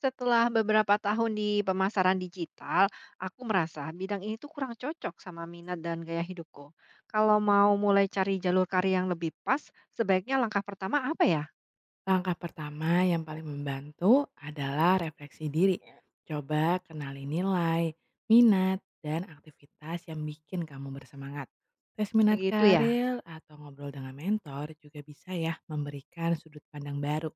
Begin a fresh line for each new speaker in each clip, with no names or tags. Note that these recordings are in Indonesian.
Setelah beberapa tahun di pemasaran digital, aku merasa bidang ini tuh kurang cocok sama minat dan gaya hidupku. Kalau mau mulai cari jalur karir yang lebih pas, sebaiknya langkah pertama apa ya?
Langkah pertama yang paling membantu adalah refleksi diri. Coba kenali nilai, minat, dan aktivitas yang bikin kamu bersemangat. Tes minat
Begitu ya.
karir atau ngobrol dengan mentor juga bisa ya memberikan sudut pandang baru.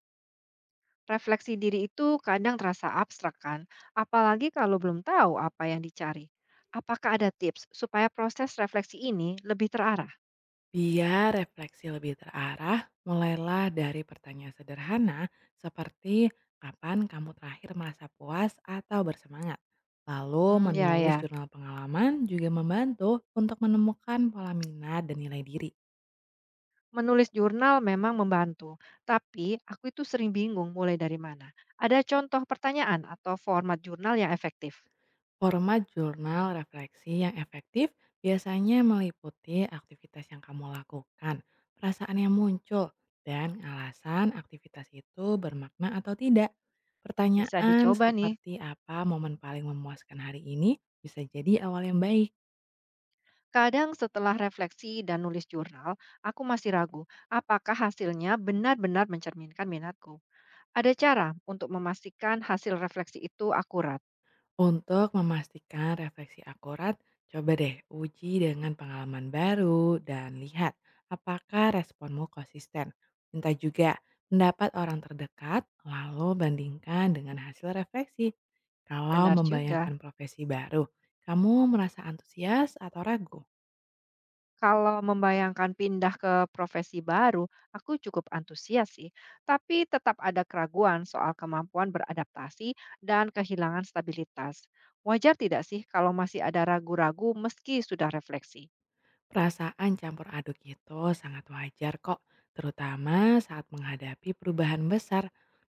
Refleksi diri itu kadang terasa abstrak kan, apalagi kalau belum tahu apa yang dicari. Apakah ada tips supaya proses refleksi ini lebih terarah?
Biar refleksi lebih terarah, mulailah dari pertanyaan sederhana seperti kapan kamu terakhir merasa puas atau bersemangat. Lalu
Hmm, ya
menulis
ya.
jurnal pengalaman juga membantu untuk menemukan pola minat dan nilai diri.
Menulis jurnal memang membantu, tapi aku itu sering bingung mulai dari mana. Ada contoh pertanyaan atau format jurnal yang efektif?
Format jurnal refleksi yang efektif biasanya meliputi aktivitas yang kamu lakukan, perasaan yang muncul, dan alasan aktivitas itu bermakna atau tidak.
Bisa
Pertanyaan
dicoba nih.
seperti apa momen paling memuaskan hari ini bisa jadi awal yang baik.
Kadang setelah refleksi dan nulis jurnal, aku masih ragu apakah hasilnya benar-benar mencerminkan minatku. Ada cara untuk memastikan hasil refleksi itu akurat.
Untuk memastikan refleksi akurat, coba deh uji dengan pengalaman baru dan lihat apakah responmu konsisten. Minta juga pendapat orang terdekat, lalu bandingkan dengan hasil refleksi. Kalau
Benar juga.
membayangkan profesi baru, kamu merasa antusias atau ragu?
Kalau membayangkan pindah ke profesi baru, aku cukup antusias sih, tapi tetap ada keraguan soal kemampuan beradaptasi dan kehilangan stabilitas. Wajar tidak sih kalau masih ada ragu-ragu meski sudah refleksi?
Perasaan campur aduk itu sangat wajar kok, terutama saat menghadapi perubahan besar.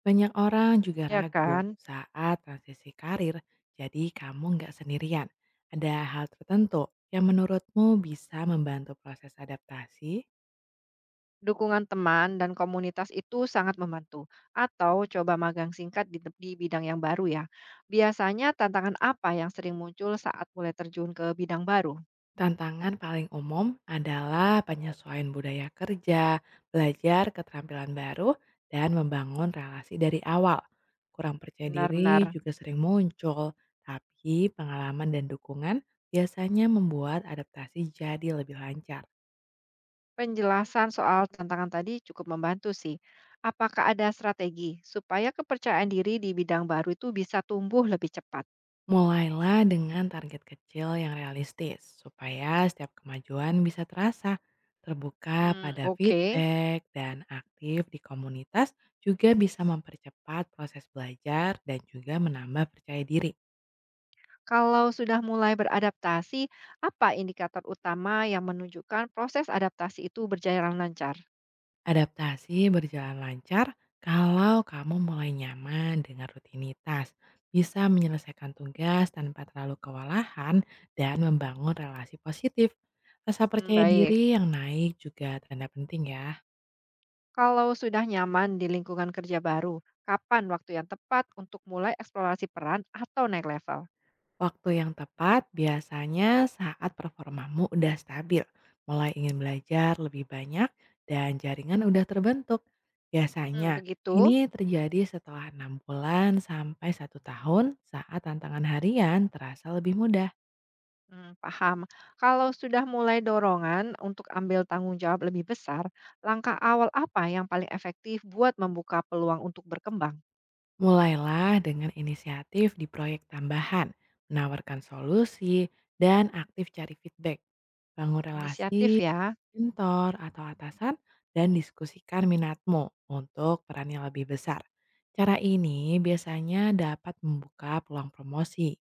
Banyak orang juga
Ya
ragu
kan?
saat transisi karir, jadi kamu nggak sendirian. Ada hal tertentu yang menurutmu bisa membantu proses adaptasi?
Dukungan teman dan komunitas itu sangat membantu. Atau coba magang singkat di bidang yang baru ya. Biasanya tantangan apa yang sering muncul saat mulai terjun ke bidang baru?
Tantangan paling umum adalah penyesuaian budaya kerja, belajar keterampilan baru, dan membangun relasi dari awal. Kurang percaya diri
Benar-benar.
juga sering muncul, tapi pengalaman dan dukungan biasanya membuat adaptasi jadi lebih lancar.
Penjelasan soal tantangan tadi cukup membantu sih. Apakah ada strategi supaya kepercayaan diri di bidang baru itu bisa tumbuh lebih cepat?
Mulailah dengan target kecil yang realistis, supaya setiap kemajuan bisa terasa. Terbuka
Hmm,
pada
oke,
feedback dan aktif di komunitas juga bisa mempercepat proses belajar dan juga menambah percaya diri.
kalau sudah mulai beradaptasi, apa indikator utama yang menunjukkan proses adaptasi itu berjalan lancar?
Adaptasi berjalan lancar kalau kamu mulai nyaman dengan rutinitas, bisa menyelesaikan tugas tanpa terlalu kewalahan, dan membangun relasi positif. Rasa
Hmm,
percaya
baik,
diri yang naik juga tanda penting ya.
kalau sudah nyaman di lingkungan kerja baru, kapan waktu yang tepat untuk mulai eksplorasi peran atau naik level?
Waktu yang tepat biasanya saat performamu udah stabil, mulai ingin belajar lebih banyak, dan jaringan udah terbentuk.
Hmm,
Biasanya,
begitu.
ini terjadi setelah 6 bulan sampai 1 tahun saat tantangan harian terasa lebih mudah.
Hmm, paham. Kalau sudah mulai dorongan untuk ambil tanggung jawab lebih besar, langkah awal apa yang paling efektif buat membuka peluang untuk berkembang?
Mulailah dengan inisiatif di proyek tambahan, menawarkan solusi, dan aktif cari feedback. Bangun relasi
Inisiatif ya.
mentor atau atasan dan diskusikan minatmu untuk peran yang lebih besar. Cara ini biasanya dapat membuka peluang promosi.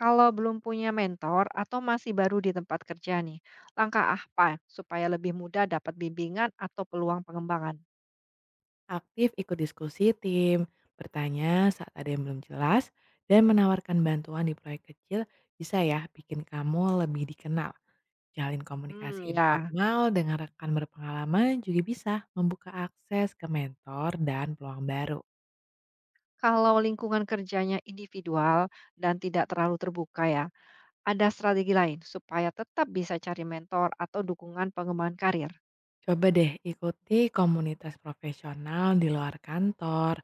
Kalau belum punya mentor atau masih baru di tempat kerja nih, langkah apa supaya lebih mudah dapat bimbingan atau peluang pengembangan?
Aktif ikut diskusi tim, bertanya saat ada yang belum jelas, dan menawarkan bantuan di proyek kecil bisa ya bikin kamu lebih dikenal. Jalin
Hmm,
komunikasi
ya.
informal dengan rekan berpengalaman juga bisa membuka akses ke mentor dan peluang baru.
Kalau lingkungan kerjanya individual dan tidak terlalu terbuka ya, ada strategi lain supaya tetap bisa cari mentor atau dukungan pengembangan karir.
Coba deh ikuti komunitas profesional di luar kantor,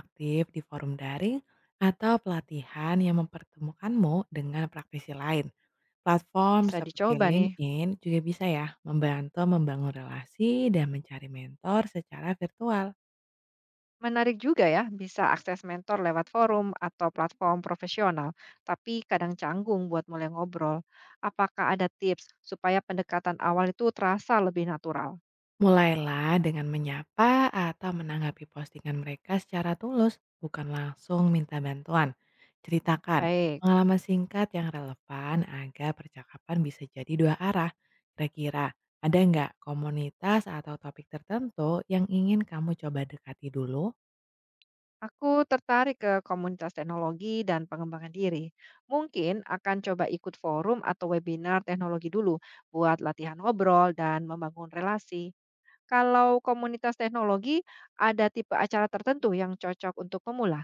aktif di forum daring, atau pelatihan yang mempertemukanmu dengan praktisi lain. Platform
Bisa
seperti
dicoba nih.
LinkedIn juga bisa ya membantu membangun relasi dan mencari mentor secara virtual.
Menarik juga ya, bisa akses mentor lewat forum atau platform profesional, tapi kadang canggung buat mulai ngobrol. Apakah ada tips supaya pendekatan awal itu terasa lebih natural?
Mulailah dengan menyapa atau menanggapi postingan mereka secara tulus, bukan langsung minta bantuan. Ceritakan
Baik,
pengalaman singkat yang relevan agar percakapan bisa jadi dua arah. Kira-kira ada nggak komunitas atau topik tertentu yang ingin kamu coba dekati dulu?
aku tertarik ke komunitas teknologi dan pengembangan diri. Mungkin akan coba ikut forum atau webinar teknologi dulu buat latihan ngobrol dan membangun relasi. Kalau komunitas teknologi, ada tipe acara tertentu yang cocok untuk pemula?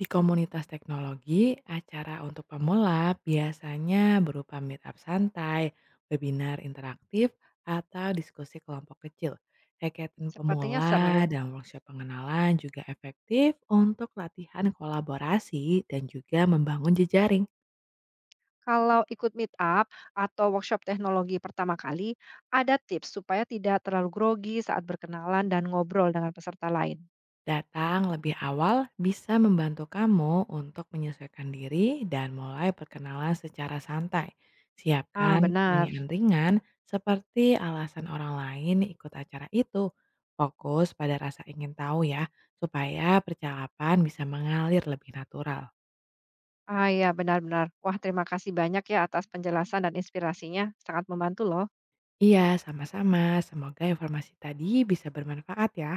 Di komunitas teknologi, acara untuk pemula biasanya berupa meetup santai, webinar interaktif, atau diskusi kelompok kecil. Hackathon
Sepertinya
pemula
seru.
dan workshop pengenalan juga efektif untuk latihan kolaborasi dan juga membangun jejaring.
Kalau ikut meet up atau workshop teknologi pertama kali, ada tips supaya tidak terlalu grogi saat berkenalan dan ngobrol dengan peserta lain.
Datang lebih awal bisa membantu kamu untuk menyesuaikan diri dan mulai perkenalan secara santai.
Ah,
Siapkan
benar.
pertanyaan ringan seperti alasan orang lain ikut acara itu. Fokus pada rasa ingin tahu ya, supaya percakapan bisa mengalir lebih natural.
Ah, ya benar-benar. Wah, terima kasih banyak ya atas penjelasan dan inspirasinya. Sangat membantu loh.
Iya, sama-sama. Semoga informasi tadi bisa bermanfaat ya.